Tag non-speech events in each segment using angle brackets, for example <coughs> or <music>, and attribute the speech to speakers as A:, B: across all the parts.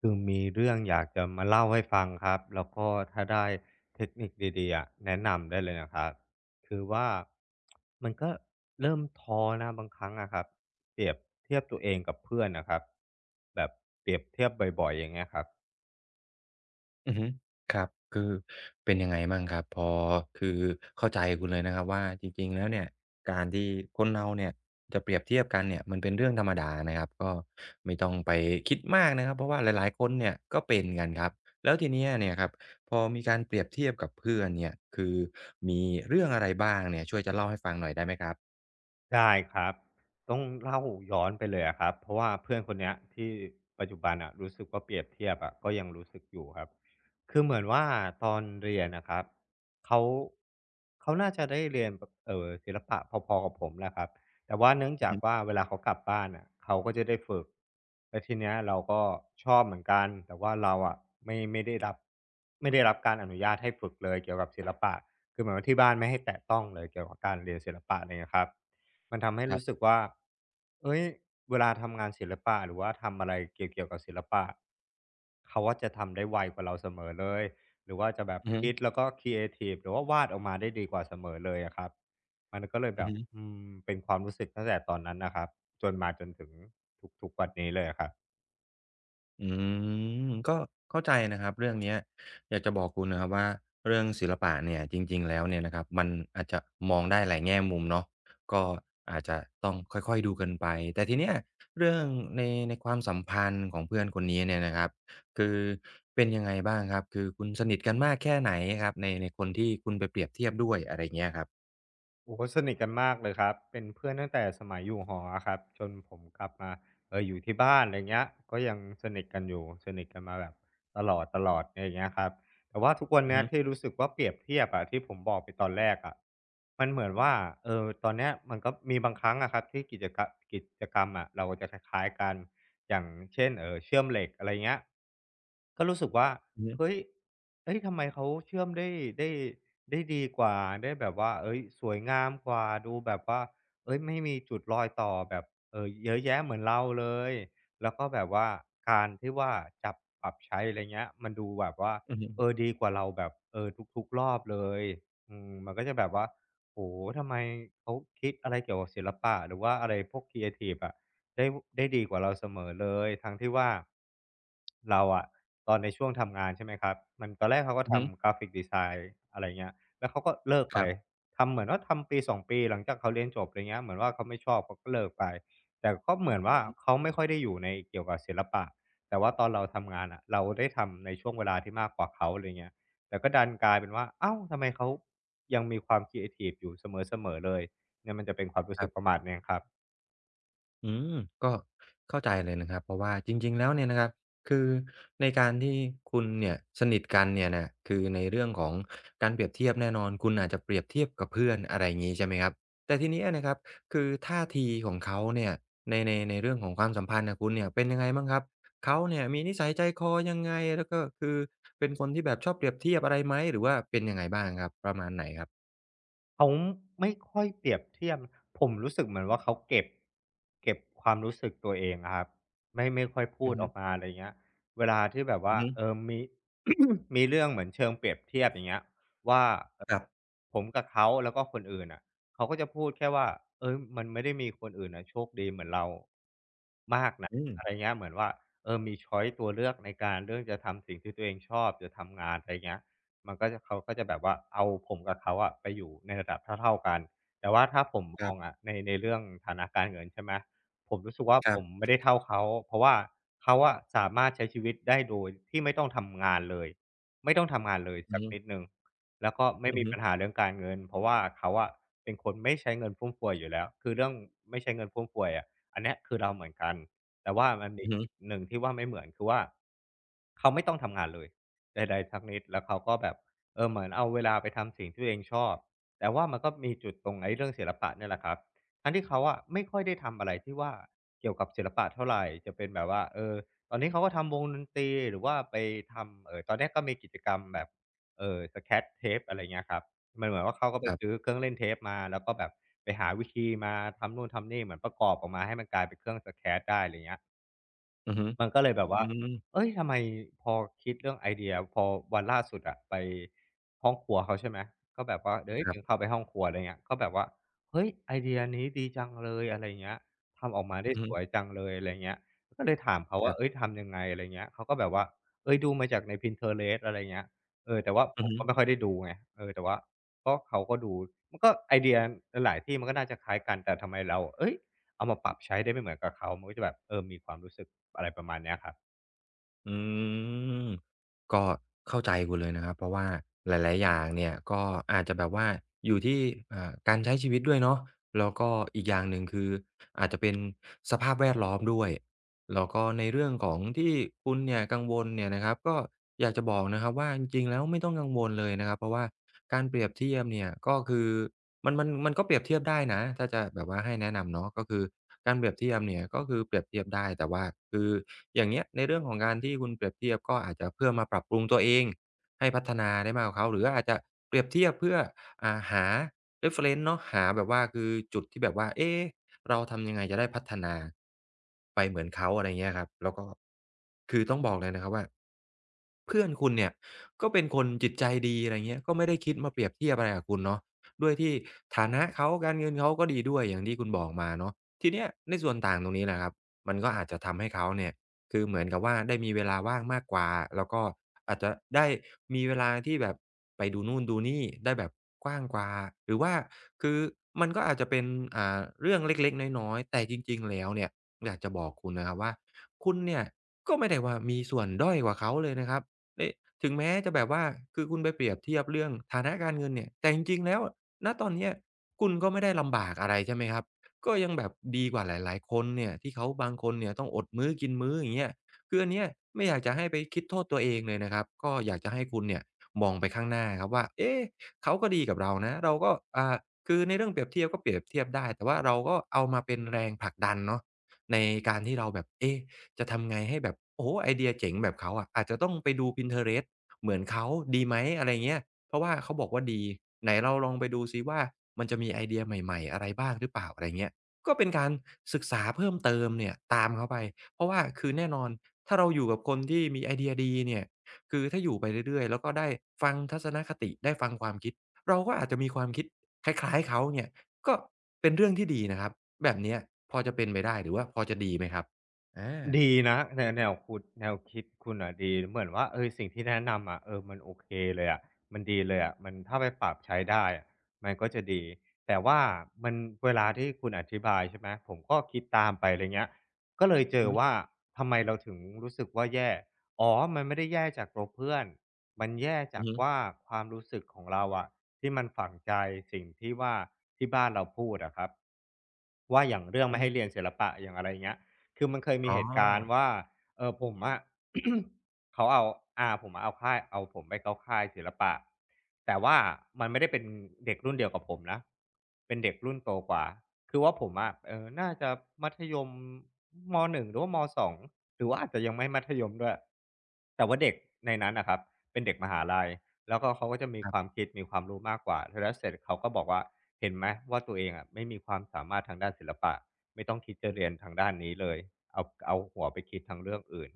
A: คือมีเรื่องอยากจะมาเล่าให้ฟังครับแล้วก็ถ้าได้เทคนิคดีๆอะแนะนำได้เลยนะครับคือว่ามันก็เริ่มท้อนะบางครั้งอะครับเปรียบเทียบตัวเองกับเพื่อนนะครับแบบเปรียบเทียบบ่อยๆอย่างเงี้ยครับ
B: อือฮึครับคือเป็นยังไงบ้างครับพอคือเข้าใจคุณเลยนะครับว่าจริงๆแล้วเนี่ยการที่คนเราเนี่ยจะเปรียบเทียบกันเนี่ยมันเป็นเรื่องธรรมดานะครับก็ไม่ต้องไปคิดมากนะครับเพราะว่าหลายๆคนเนี่ยก็เป็นกันครับแล้วทีเนี้ยเนี่ยครับพอมีการเปรียบเทียบกับเพื่อนเนี่ยคือมีเรื่องอะไรบ้างเนี่ยช่วยจะเล่าให้ฟังหน่อยได้ไหมครับ
A: ได้ครับต้องเล่าย้อนไปเลยอะครับเพราะว่าเพื่อนคนเนี้ยที่ปัจจุบันอะรู้สึกว่าเปรียบเทียบอะก็ยังรู้สึกอยู่ครับคือเหมือนว่าตอนเรียนนะครับเขาเขาน่าจะได้เรียนแบบศิลปะพอๆกับผมแหละครับแต่ว่าเนื่อง
B: อือ
A: จาก
B: ฮึ
A: ว่าเวลาเขากลับบ้านอ่ะเขาก็จะได้ฝึกแล้วทีเนี้ยเราก็ชอบเหมือนกันแต่ว่าเราอะไม่ไม่ได้รับไม่ได้รับการอนุญาตให้ฝึกเลยเกี่ยวกับศิลปะคือเหมือนว่าที่บ้านไม่ให้แตะต้องเลยเกี่ยวกับการเรียนศิลปะอะไรเงี้ยครับ มันทำให้
B: ครั
A: รู้สึ
B: บ
A: กว่าเฮ้ยเวลาทำงานศิลปะหรือว่าทำอะไรเกี่ยวๆกับศิลปะเขาว่าจะทำได้ไวกว่าเราเสมอเลยหรือว่าจะแบบ
B: อือฮึ
A: คิดแล้วก็ครีเอทีฟหรือว่าวาดออกมาได้ดีกว่าเสมอเลยอะครับมันก็เลย
B: อื
A: แบ
B: อ
A: บ
B: ฮึ
A: เป็นความรู้สึกตั้งแต่ตอนนั้นนะครับ จนมาจนถึงทุกๆวันนี้เลยอะครับ
B: อืมก็เข้าใจนะครับเรื่องเนี้ยอยากจะบอกคุณนะครับว่าเรื่องศิลปะเนี่ยจริงๆแล้วเนี่ยนะครับมันอาจจะมองได้หลายแง่มุมเนาะก็อาจจะต้องค่อยๆดูกันไปแต่ทีเนี้ยเรื่องในในความสัมพันธ์ของเพื่อนคนนี้เนี่ยนะครับคือเป็นยังไงบ้างครับคือคุณสนิทกันมากแค่ไหนครับในคนที่คุณไปเปรียบเทียบด้วยอะไรเงี้ยครับ
A: โอ้โหสนิทกันมากเลยครับเป็นเพื่อนตั้งแต่สมัยอยู่หออะครับจนผมกลับมาเอออยู่ที่บ้านอะไรเงี้ยก็ยังสนิทกันอยู่สนิทกันมาแบบตลอดตลอดอะไรเงี้ยครับแต่ว่าทุกวัน
B: อือ
A: เนี้ย
B: ฮึ
A: ที่รู้สึกว่าเปรียบเทียบอะที่ผมบอกไปตอนแรกอะมันเหมือนว่าเออตอนเนี้ยมันก็มีบางครั้งอะครับที่กิจกรรมอะเราจะคล้ายๆกัน อย่างเช่นเออเชื่อมเหล็กอะไรเงี้ยก็รู้สึกว่า
B: อือฮึ
A: เฮ้ยเอ้ยทำไมเขาเชื่อมได้ได้ดีกว่าได้แบบว่าเอ้ยสวยงามกว่าดูแบบว่าเอ้ยไม่มีจุดรอยต่อแบบเออเยอะแยะเหมือนเราเลยแล้วก็แบบว่าการที่ว่าจับปรับใช้อะไรเงี้ยมันดูแบบว่า
B: อือฮึ
A: เออดีกว่าเราแบบเออทุกๆรอบเลยมันก็จะแบบว่าโอ้ทำไมเขาคิดอะไรเกี่ยวกับศิลปะหรือว่าอะไรพวกครีเอทิฟอะ ได้ได้ดีกว่าเราเสมอเลยทั้งที่ว่าเราอะตอนในช่วงทำงานใช่ไหมครับมันตอนแรกเขาก็
B: อือฮึ
A: ทำกราฟิกดีไซน์อะไรเงี้ยแล้วเขาก็เลิก
B: ค
A: ไป
B: รับ
A: ทำเหมือนว่าทำปีสองปีหลังจากเขาเรียนจบไรเงี้ยเหมือนว่าเขาไม่ชอบเขาก็เลิกไปแต่ก็เหมือนว่าเขาไม่ค่อยได้อยู่ในเกี่ยวกับศิลปะแต่ว่าตอนเราทำงานอะเราได้ทำในช่วงเวลาที่มากกว่าเขาไรเงี้ยแต่ก็ดันกลายเป็นว่าอ้าวทำไมเขายังมีความครีเอทิฟอยู่เสมอๆเลยเนี่ยมันจะเป็นความรู้
B: ค
A: สึ
B: รั
A: กประ
B: บ
A: มาทเนี่ยครับ
B: อืมก็เข้าใจเลยนะครับเพราะว่าจริงๆแล้วเนี่ยนะครับคือในการที่คุณเนี่ยสนิทกันเนี่ยนะคือในเรื่องของการเปรียบเทียบแน่นอนคุณอาจจะเปรียบเทียบกับเพื่อนอะไรอย่างงี้ใช่ไหมครับแต่ทีเนี้ยนะครับคือท่าทีของเขาเนี่ยในเรื่องของความสัมพันธ์น่ะคุณเนี่ยเป็นยังไงบ้างครับเขาเนี่ยมีนิสัยใจคอยังไงแล้วก็คือเป็นคนที่แบบชอบเปรียบเทียบอะไรไหมหรือว่าเป็นยังไงบ้างครับประมาณไหนครับ
A: เขาไม่ค่อยเปรียบเทียบผมรู้สึกเหมือนว่าเขาเก็บความรู้สึกตัวเองอะครับไม่ค่อยพู
B: อื
A: ด
B: อ
A: อ
B: ฮึ
A: อกมาอะไรเงี้ยเวลาที่แบบ
B: อื
A: ว่า
B: อฮึ
A: เออมี <coughs> มีเรื่องเหมือนเชิงเปรียบเทียบอย่างเงี้ยว่าเอ่อ
B: ครับ
A: ผมกับเขาแล้วก็คนอื่นน่ะเขาก็จะพูดแค่ว่าเฮ้ยมันไม่ได้มีคนอื่นน่ะโชคดีเหมือนเรามากนะ
B: อืม
A: อะไรเงี้ยเหมือนว่าเออมีชอยซ์ตัวเลือกในการเลือกจะทำสิ่งที่ตัวเองชอบจะทำงานอะไรเงี้ย มันก็จะเขาก็จะแบบว่าเอาผมกับเขาอะไปอยู่ในระดับเท่าๆกันแต่ว่าถ้าผม
B: ค
A: ม
B: ร
A: องอะในในเรื่องฐานะการเงินใช่ไหมผมรู้สึกว่า
B: ั
A: ผ
B: บ
A: ม
B: ๆ
A: ไม่ได้เท่าเขาเพราะว่าเขาอะสามารถใช้ชีวิตได้โดยที่ไม่ต้องทำงานเลยไม่ต้องทำงานเลย
B: อื
A: สั
B: อ
A: ก
B: ฮึ
A: นิดหนึ่งแล้วก็ไม่
B: อือ
A: มี
B: ฮึ
A: ปัญหาเรื่องการเงินเพราะว่าเขาอะเป็นคนไม่ใช้เงินฟุ่มเฟือยอยู่แล้วคือเรื่องไม่ใช้เงินฟุ่มเฟือยอะอันเนี้ยคือเราเหมือนกันแต่ว่ามันมี
B: อือฮึ
A: จุดหนึ่งที่ว่าไม่เหมือนคือว่าเขาไม่ต้องทำงานเลย ใดๆสักนิดแล้วเขาก็แบบเหมือนเอาเวลาไปทำสิ่งที่ตัวเองชอบแต่ว่ามันก็มีจุดตรงไอ้เรื่องศิลปะเนี่ยแหละครับทั้งที่เขาอะไม่ค่อยได้ทำอะไรที่ว่าเกี่ยวกับศิลปะเท่าไหรจะเป็นแบบว่าตอนนี้เขาก็ทำวงดนตรีหรือว่าไปทำตอนเนี้ยก็มีกิจกรรมแบบสแ r ตเท h a e อะไรเงี้ยครับมันเหมือนว่าเขาก็ไป
B: ครั
A: ซื้อ
B: บ
A: เครื่องเล่นเทปมาแล้วก็แบบไปหาวิธีมาทำนู่นทำนี่เหมือนประกอบออกมาให้มันกลายเป็นเครื่องสแ r ต t ได้อะไรเงี้ย
B: อือฮึ
A: มันก็เลยแบบ
B: อื
A: ว่า
B: ม
A: เอ้ยทำไมพอคิดเรื่องไอเดียพอวันล่าสุดอะไปห้องครัวเขาใช่ไหมก็แบบว่าเฮ้ย
B: ครั
A: เดินเข้า
B: บ
A: ไปห้องครัวอะไรเงี้ยก็แบบว่าเฮ้ยไอเดียนี้ดีจังเลยอะไรเงี้ยทำออกมาได้
B: อือ
A: สวย
B: ฮึ
A: จังเลยอะไรเงี้ยก็เลยถามเขา
B: ค
A: ว่า
B: รับ
A: เฮ้ยทำยังไงอะไรเงี้ยเขาก็แบบว่าเฮ้ยดูมาจากใน Pinterest อะไรเงี้ยแต่ว่าผ
B: อือ
A: ม
B: ฮึ
A: ก็ไม่ค่อยได้ดูไงแต่ว่าก็เขาก็ดูมันก็ไอเดียหลายๆที่มันก็น่าจะคล้ายกันแต่ทำไมเราเฮ้ย เอามาปรับใช้ได้ไม่เหมือนกับเขา มันก็จะแบบมีความรู้สึกอะไรประมาณเนี้ยครับ
B: อืมก็เข้าใจคุณเลยนะครับเพราะว่าหลายๆอย่างเนี่ยก็อาจจะแบบว่าอยู่ที่อ่าการใช้ชีวิตด้วยเนาะแล้วก็อีกอย่างหนึ่งคืออาจจะเป็นสภาพแวดล้อมด้วยแล้วก็ในเรื่องของที่คุณเนี่ยกังวลเนี่ยนะครับก็อยากจะบอกนะครับว่าจริงๆแล้วไม่ต้องกังวลเลยนะครับเพราะว่าการเปรียบเทียบเนี่ยก็คือ มันก็เปรียบเทียบได้นะถ้าจะแบบว่าให้แนะนำเนาะก็คือการเปรียบเทียบเนี่ยก็คือเปรียบเทียบได้แต่ว่าคืออย่างเงี้ยในเรื่องของการที่คุณเปรียบเทียบก็อาจจะเพื่อมาปรับปรุงตัวเองให้พัฒนาได้มากกว่าเขาหรืออาจจะเปรียบเทียบเพื่ออ่าหา reference เนาะหาแบบว่าคือจุดที่แบบว่าเอ๊เราทำยังไงจะได้พัฒนาไปเหมือนเขาอะไรเงี้ยครับแล้วก็คือต้องบอกเลยนะครับว่าเพื่อนคุณเนี่ยก็เป็นคนจิตใจดีอะไรเงี้ยก็ไม่ได้คิดมาเปรียบเทียบอะไรกับคุณเนาะ ด้วยที่ฐานะเขาการเงินเขาก็ดีด้วยอย่างที่คุณบอกมาเนาะทีเนี้ยในส่วนต่างตรงนี้แหละครับมันก็อาจจะทำให้เขาเนี่ยคือเหมือนกับว่าได้มีเวลาว่างมากกว่าแล้วก็อาจจะได้มีเวลาที่แบบไปดูนู่นดูนี่ได้แบบกว้างกว่าหรือว่าคือมันก็อาจจะเป็นอ่าเรื่องเล็กๆน้อยๆแต่จริงๆแล้วเนี่ยอยากจะบอกคุณนะครับว่าคุณเนี่ยก็ไม่ได้ว่ามีส่วนด้อยกว่าเขาเลยนะครับนี่ถึงแม้จะแบบว่าคือคุณไปเปรียบเทียบเรื่องฐานะการเงินเนี่ยแต่จริงๆแล้ว ณตอนเนี้ยคุณก็ไม่ได้ลำบากอะไรใช่ไหมครับก็ยังแบบดีกว่าหลายๆคนเนี่ยที่เขาบางคนเนี่ยต้องอดมื้อกินมื้ออย่างเงี้ยคืออันเนี้ยไม่อยากจะให้ไปคิดโทษตัวเองเลยนะครับก็อยากจะให้คุณเนี่ยมองไปข้างหน้าครับว่าเอ๊ะเขาก็ดีกับเรานะเราก็อ่าคือในเรื่องเปรียบเทียบก็เปรียบเทียบได้แต่ว่าเราก็เอามาเป็นแรงผลักดันเนาะในการที่เราแบบเอ๊ะจะทำไงให้แบบโอ้โฮไอเดียเจ๋งแบบเขาอะอาจจะต้องไปดู Pinterest เหมือนเขาดีไหมอะไรเงี้ย เพราะว่าเขาบอกว่าดีไหนเราลองไปดูซิว่ามันจะมีไอเดียใหม่ๆอะไรบ้างหรือเปล่าอะไรเงี้ยก็เป็นการศึกษาเพิ่มเติมเนี่ยตามเขาไปเพราะว่าคือแน่นอนถ้าเราอยู่กับคนที่มีไอเดียดีเนี่ยคือถ้าอยู่ไปเรื่อยๆแล้วก็ได้ฟังทัศนคติได้ฟังความคิดเราก็อาจจะมีความคิดคล้ายๆเขาเนี่ยก็เป็นเรื่องที่ดีนะครับแบบเนี้ยพอจะเป็นไปได้หรือว่าพอจะดีไหมครับอา
A: ดีนะแนวแนวคุณแนวคิดคุณอะดีเหมือนว่าสิ่งที่แนะนำอะมันโอเคเลยอะมันดีเลยอะมันถ้าไปปรับใช้ได้อะมันก็จะดีแต่ว่ามันเวลาที่คุณอธิบายใช่ไหมผมก็คิดตามไปอะไรเงี้ยก็เลยเจ
B: อือ
A: อ
B: ฮึ
A: ว่าทำไมเราถึงรู้สึกว่าแย่อ๋อมันไม่ได้แย่จากตัวเพื่อนมันแย่
B: อื
A: จา
B: อ
A: ก
B: ฮึ
A: ว่าความรู้สึกของเราอะที่มันฝังใจสิ่งที่ว่าที่บ้านเราพูดอะครับว่าอย่างเรื่อง
B: อื
A: ไม่
B: อฮึ
A: ให้เรียนศิลปะอย่างอะไรเงี้ย คือมันเคยมี
B: อ๋อ
A: เหตุการณ์ว่าผมอะ <coughs> เขาเอาอาผมอะเอาค่ายเอาผมไปเข้าค่ายศิลปะแต่ว่ามันไม่ได้เป็นเด็กรุ่นเดียวกับผมนะเป็นเด็กรุ่นโตกว่าคือว่าผมอะน่าจะมัธยมมหนึ่งหรือว่ามสองหรือว่าอาจจะยังไม่มัธยมด้วยแต่ว่าเด็กในนั้นนะครับเป็นเด็กมหาลัยแล้วก็เขาก็จะมี
B: ครั
A: ความ
B: บ
A: คิดมีความรู้มากกว่าแล้วเสร็จเขาก็บอกว่าเห็นไหมว่าตัวเองอะไม่มีความสามารถทางด้านศิลปะ ไม่ต้องคิดจะเรียนทางด้านนี้เลย เอาเอาหัวไปคิดทางเรื่องอื่น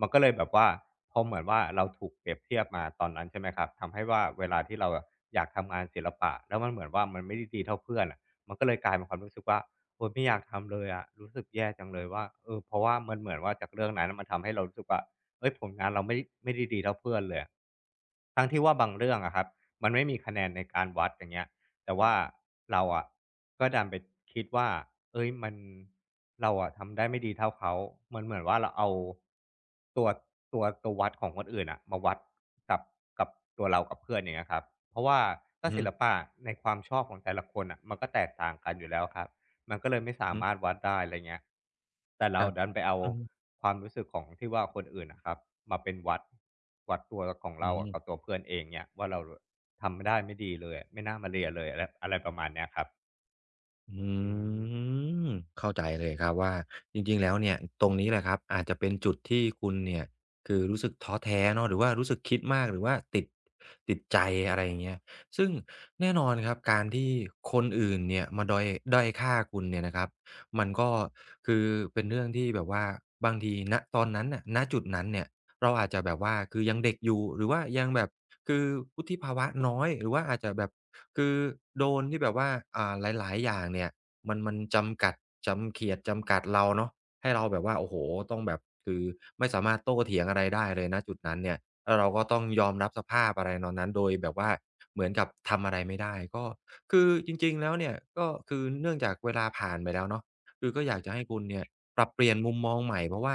A: มันก็เลยแบบว่าพอเหมือนว่าเราถูกเปรียบเทียบมาตอนนั้นใช่ไหมครับทำให้ว่าเวลาที่เราอยากทำงานศิลปะแล้วมันเหมือนว่ามันไม่ได้ดีเท่าเพื่อนอะมันก็เลยกลายเป็นความรู้สึกว่าโอยไม่อยากทำเลยอะรู้สึกแย่จังเลยว่าเพราะว่ามันเหมือนว่าจากเรื่องนั้นมันทำให้เรารู้สึกว่าเอ้ยผลงานเราไม่ได้ดีเท่าเพื่อนเลยอะทั้งที่ว่าบางเรื่องอะครับมันไม่มีคะแนนในการวัดอย่างเงี้ย แต่ว่าเราอะก็ดันไปคิดว่าเอ้ยมันเราอะทำได้ไม่ดีเท่าเขามันเหมือนว่าเราเอาตัวตัววัดของคนอื่นอะมาวัดกับกับตัวเรากับเพื่อนอย่างเงี้ยครับเพราะว่าถ้า
B: อือฮ
A: ศิลปะในความชอบของแต่ละคนอ่ะมันก็แตกต่างกันอยู่แล้วครับมันก็เลยไม่สา
B: ึๆ
A: มารถวัดได้อะไรเงี้ยแต่
B: ค
A: เรา
B: รับ
A: ดันไปเอา
B: อือฮึ
A: ความรู้สึกของที่ว่าคนอื่นนะครับมาเป็นวัดตัวของ
B: อื
A: เราอะ
B: ม
A: กับตัวเพื่อนเองเนี่ยว่าเรา ทำไม่ได้ไม่ดีเลยไม่น่ามาเรียนเลยอะไรอะไรประมาณเนี้ยครับ
B: อ
A: อื
B: ืม
A: ม
B: เข้าใจเลยครับว่าจริงๆแล้วเนี่ยตรงนี้แหละครับอาจจะเป็นจุดที่คุณเนี่ยคือรู้สึกท้อแท้เนาะหรือว่ารู้สึกคิดมากหรือว่าติดใจอะไรอย่างเงี้ยซึ่งแน่นอนครับการที่คนอื่นเนี่ยมาด้อยค่าคุณเนี่ยนะครับมันก็คือเป็นเรื่องที่แบบว่าบางทีณตอนนั้นน่ะณจุดนั้นเนี่ยเราอาจจะแบบว่าคือยังเด็กอยู่หรือว่ายังแบบคือวุฒิภาวะน้อยหรือว่าอาจจะแบบ คือโดนที่แบบว่าอ่าหลายๆอย่างเนี่ยมันจำกัดจำเขียดจำกัดเราเนาะให้เราแบบว่าโอ้โฮต้องแบบคือไม่สามารถโต้เถียงอะไรได้เลยณจุดนั้นเนี่ยแล้วเราก็ต้องยอมรับสภาพอะไรตอนนั้นโดยแบบว่าเหมือนกับทำอะไรไม่ได้ก็คือจริงๆแล้วเนี่ยก็คือเนื่องจากเวลาผ่านไปแล้วเนาะคือก็อยากจะให้คุณเนี่ยปรับเปลี่ยนมุมมองใหม่เพราะว่า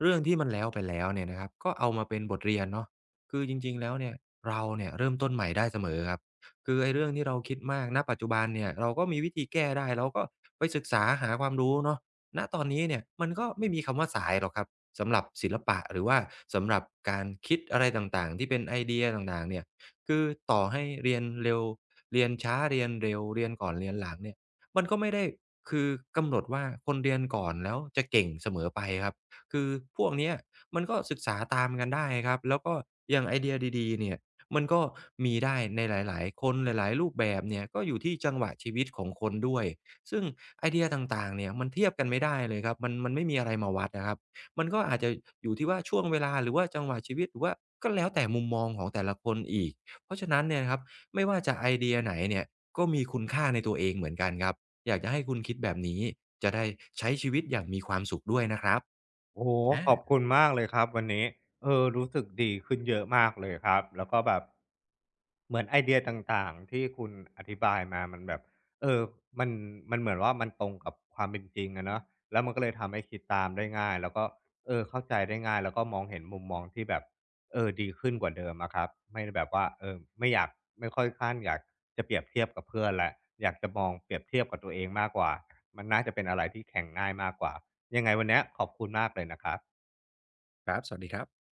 B: เรื่องที่มันแล้วไปแล้วเนี่ยนะครับก็เอามาเป็นบทเรียนเนาะคือจริงๆแล้วเนี่ยเราเนี่ยเริ่มต้นใหม่ได้เสมอครับ คือไอ้เรื่องที่เราคิดมากณปัจจุบันเนี่ยเราก็มีวิธีแก้ได้เราก็ไปศึกษาหาความรู้เนาะณตอนนี้เนี่ยมันก็ไม่มีคำว่าสายหรอกครับสำหรับศิลปะหรือว่าสำหรับการคิดอะไรต่างๆที่เป็นไอเดียต่างๆเนี่ยคือต่อให้เรียนเร็วเรียนช้าเรียนเร็วเรียนก่อนเรียนหลังเนี่ยมันก็ไม่ได้คือกำหนดว่าคนเรียนก่อนแล้วจะเก่งเสมอไปครับคือพวกเนี้ยมันก็ศึกษาตามกันได้ครับแล้วก็อย่างไอเดียดีๆเนี่ย มันก็มีได้ในหลาย ๆ คนหลายๆรูปแบบเนี่ยก็อยู่ที่จังหวะชีวิตของคนด้วยซึ่งไอเดียต่าง ๆเนี่ยมันเทียบกันไม่ได้เลยครับมันมันไม่มีอะไรมาวัดนะครับมันก็อาจจะอยู่ที่ว่าช่วงเวลาหรือว่าจังหวะชีวิตหรือว่าก็แล้วแต่มุมมองของแต่ละคนอีกเพราะฉะนั้นเนี่ยนะครับไม่ว่าจะไอเดียไหนเนี่ยก็มีคุณค่าในตัวเองเหมือนกันครับอยากจะให้คุณคิดแบบนี้จะได้ใช้ชีวิตอย่างมีความสุขด้วยนะครับ
A: โอ้โหขอบ
B: อา
A: คุณมากเลยครับวันนี้รู้สึกดีขึ้นเยอะมากเลยครับแล้วก็แบบเหมือนไอเดียต่างๆที่คุณอธิบายมามันแบบเออมันมันเหมือนว่ามันตรงกับความเป็นจริงอะเนาะแล้วมันก็เลยทำให้คิดตามได้ง่ายแล้วก็เข้าใจได้ง่ายแล้วก็มองเห็นมุมมองที่แบบดีขึ้นกว่าเดิมอะครับไม่ได้แบบว่าไม่ค่อยคาดอยากจะเปรียบเทียบกับเพื่อนและอยากจะมองเปรียบเทียบกับตัวเองมากกว่ามันน่าจะเป็นอะไรที่แข่งง่ายมากกว่า ยังไงวันเนี้ยขอบคุณมากเลยนะครับ
B: ครับสวัสดีครับ